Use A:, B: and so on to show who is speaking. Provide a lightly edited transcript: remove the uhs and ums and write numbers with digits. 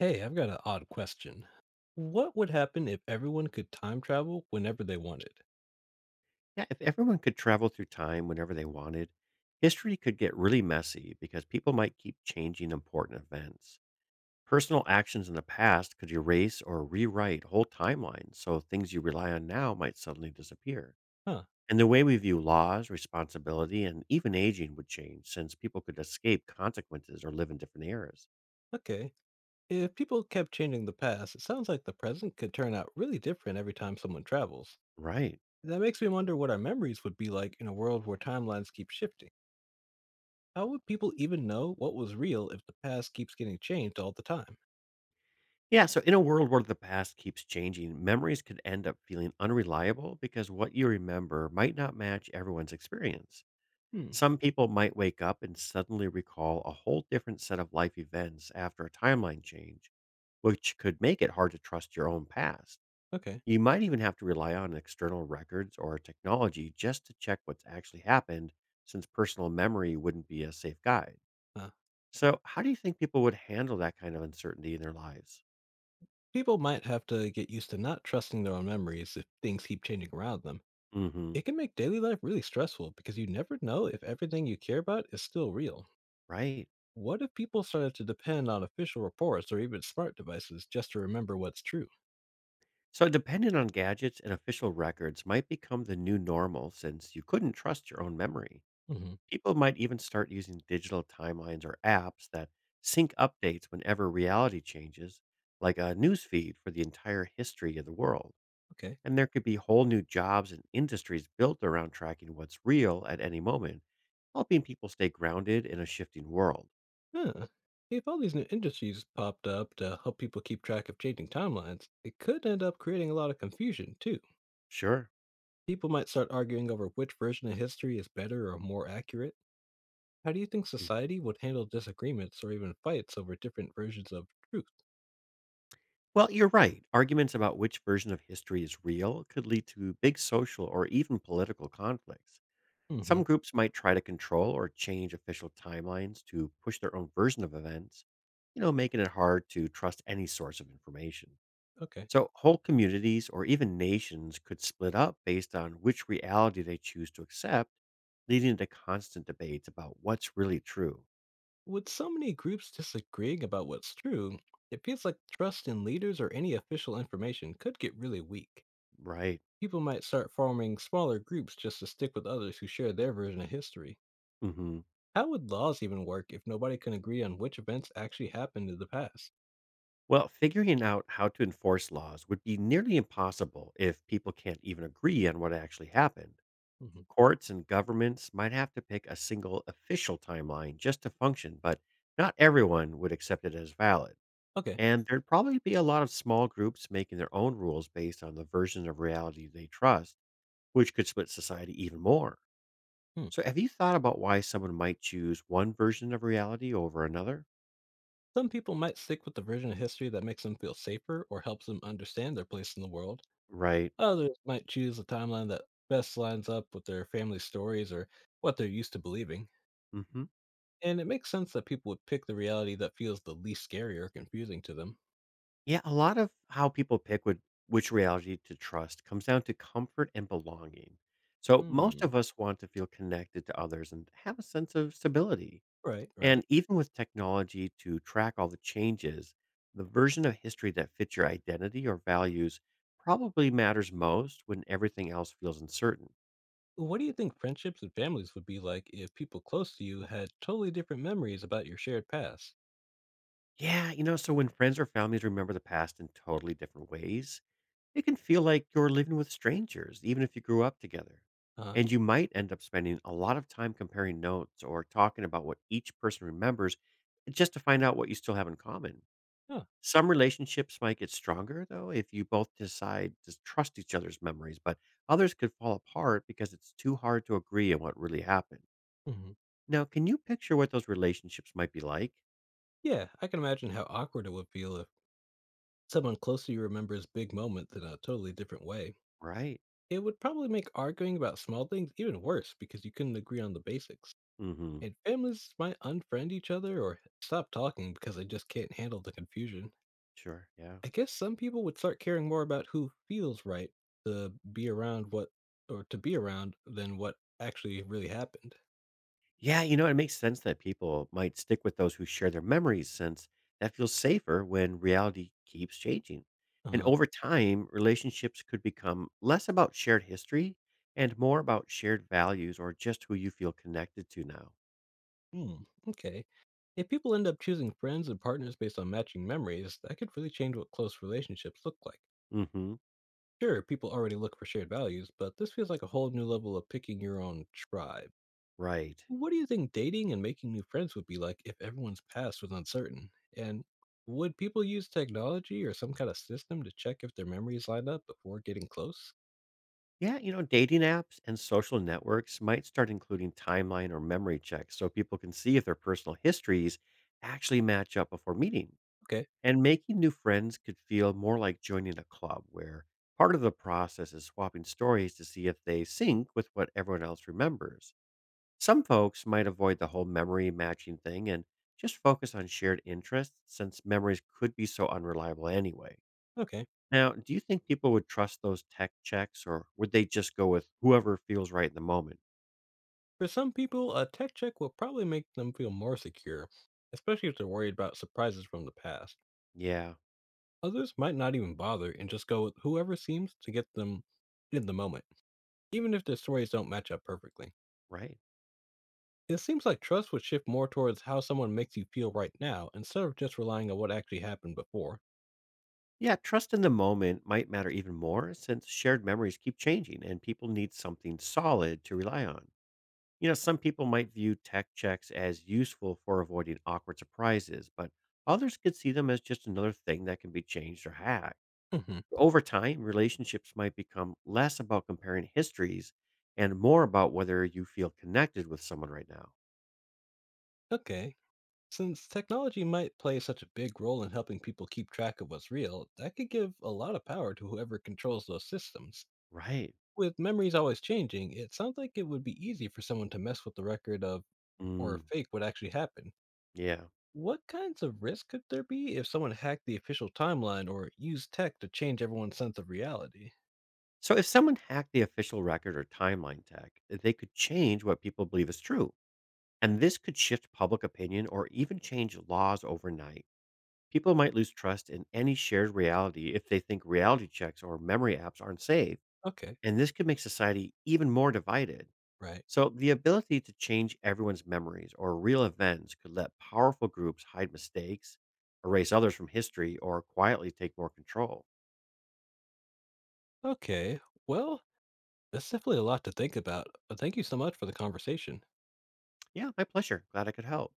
A: Hey, I've got an odd question. What would happen if everyone could time travel whenever they wanted?
B: Yeah, if everyone could travel through time whenever they wanted, history could get really messy because people might keep changing important events. Personal actions in the past could erase or rewrite whole timelines, so things you rely on now might suddenly disappear.
A: Huh,
B: And the way we view laws, responsibility, and even aging would change since people could escape consequences or live in different eras.
A: okay. If people kept changing the past, it sounds like the present could turn out really different every time someone travels.
B: Right.
A: That makes me wonder what our memories would be like in a world where timelines keep shifting. How would people even know what was real if the past keeps getting changed all the time?
B: Yeah, so in a world where the past keeps changing, memories could end up feeling unreliable because what you remember might not match everyone's experience.
A: Hmm,
B: Some people might wake up and suddenly recall a whole different set of life events after a timeline change, which could make it hard to trust your own past.
A: okay.
B: You might even have to rely on external records or technology just to check what's actually happened, since personal memory wouldn't be a safe guide.
A: Huh.
B: So, how do you think people would handle that kind of uncertainty in their lives?
A: People might have to get used to not trusting their own memories if things keep changing around them.
B: hmm
A: It can make daily life really stressful because you never know if everything you care about is still real.
B: Right.
A: What if people started to depend on official reports or even smart devices just to remember what's true?
B: So, depending on gadgets and official records might become the new normal since you couldn't trust your own memory.
A: Hmm.
B: People might even start using digital timelines or apps that sync updates whenever reality changes, like a news feed for the entire history of the world.
A: Okay.
B: And there could be whole new jobs and industries built around tracking what's real at any moment, helping people stay grounded in a shifting world.
A: Huh. If all these new industries popped up to help people keep track of changing timelines, it could end up creating a lot of confusion, too.
B: Sure.
A: People might start arguing over which version of history is better or more accurate. How do you think
B: Mm.
A: society would handle disagreements or even fights over different versions of truth?
B: Well, you're right. Arguments about which version of history is real could lead to big social or even political conflicts.
A: Hmm.
B: Some groups might try to control or change official timelines to push their own version of events, making it hard to trust any source of information.
A: Okay.
B: So, whole communities or even nations could split up based on which reality they choose to accept, leading to constant debates about what's really true.
A: With so many groups disagreeing about what's true, it feels like trust in leaders or any official information could get really weak.
B: Right.
A: People might start forming smaller groups just to stick with others who share their version of history.
B: Hmm.
A: How would laws even work if nobody can agree on which events actually happened in the past?
B: Well, figuring out how to enforce laws would be nearly impossible if people can't even agree on what actually happened.
A: Mhm.
B: Courts and governments might have to pick a single official timeline just to function, but not everyone would accept it as valid.
A: Okay.
B: And there'd probably be a lot of small groups making their own rules based on the version of reality they trust, which could split society even more.
A: Hmm.
B: So, have you thought about why someone might choose one version of reality over another?
A: Some people might stick with the version of history that makes them feel safer or helps them understand their place in the world.
B: Right.
A: Others might choose a timeline that best lines up with their family stories or what they're used to believing.
B: Hmm.
A: And it makes sense that people would pick the reality that feels the least scary or confusing to them.
B: Yeah, a lot of how people pick would, which reality to trust comes down to comfort and belonging. So, most
A: Hmm.
B: of us want to feel connected to others and have a sense of stability.
A: Right, right.
B: And even with technology to track all the changes, the version of history that fits your identity or values probably matters most when everything else feels uncertain.
A: What do you think friendships and families would be like if people close to you had totally different memories about your shared past?
B: So when friends or families remember the past in totally different ways, it can feel like you're living with strangers, even if you grew up together.
A: Uh,
B: And you might end up spending a lot of time comparing notes or talking about what each person remembers just to find out what you still have in common.
A: yeah.
B: Some relationships might get stronger, though, if you both decide to trust each other's memories, but others could fall apart because it's too hard to agree on what really happened.
A: Hmm.
B: Now, can you picture what those relationships might be like?
A: Yeah, I can imagine how awkward it would feel if someone close to you remembers big moments in a totally different way.
B: Right.
A: It would probably make arguing about small things even worse because you couldn't agree on the basics.
B: Mm hmm.
A: And families might unfriend each other or stop talking because they just can't handle the confusion.
B: Sure. Yeah.
A: I guess some people would start caring more about who feels right to be around what or to be around than what actually really happened.
B: It makes sense that people might stick with those who share their memories since that feels safer when reality keeps changing. And
A: Uh-huh.
B: over time, relationships could become less about shared history and more about shared values or just who you feel connected to now.
A: Hmm. Okay. If people end up choosing friends and partners based on matching memories, that could really change what close relationships look like.
B: Mhm.
A: Sure, people already look for shared values, but this feels like a whole new level of picking your own tribe.
B: Right.
A: What do you think dating and making new friends would be like if everyone's past was uncertain? And would people use technology or some kind of system to check if their memories line up before getting close?
B: Dating apps and social networks might start including timeline or memory checks so people can see if their personal histories actually match up before meeting.
A: Okay,
B: And making new friends could feel more like joining a club where part of the process is swapping stories to see if they sync with what everyone else remembers. Some folks might avoid the whole memory matching thing and just focus on shared interests since memories could be so unreliable anyway.
A: okay.
B: Now, do you think people would trust those tech checks or would they just go with whoever feels right in the moment?
A: For some people, a tech check will probably make them feel more secure, especially if they're worried about surprises from the past.
B: Yeah,
A: Others might not even bother and just go with whoever seems to get them in the moment, even if their stories don't match up perfectly.
B: right.
A: It seems like trust would shift more towards how someone makes you feel right now instead of just relying on what actually happened before.
B: Yeah, trust in the moment might matter even more since shared memories keep changing and people need something solid to rely on. Some people might view tech checks as useful for avoiding awkward surprises, but others could see them as just another thing that can be changed or hacked.
A: Hmm.
B: Over time, relationships might become less about comparing histories and more about whether you feel connected with someone right now.
A: Okay. Since technology might play such a big role in helping people keep track of what's real, that could give a lot of power to whoever controls those systems.
B: Right.
A: With memories always changing, it sounds like it would be easy for someone to mess with the record of or
B: Mm,
A: fake what actually happened.
B: yeah.
A: What kinds of risk could there be if someone hacked the official timeline or used tech to change everyone's sense of reality?
B: So if someone hacked the official record or timeline tech, they could change what people believe is true. And this could shift public opinion or even change laws overnight. People might lose trust in any shared reality if they think reality checks or memory apps aren't safe,
A: Okay,
B: and this could make society even more divided.
A: right.
B: So, the ability to change everyone's memories or real events could let powerful groups hide mistakes, erase others from history, or quietly take more control.
A: Okay, well, that's definitely a lot to think about. Thank you so much for the conversation.
B: Yeah, my pleasure. Glad I could help.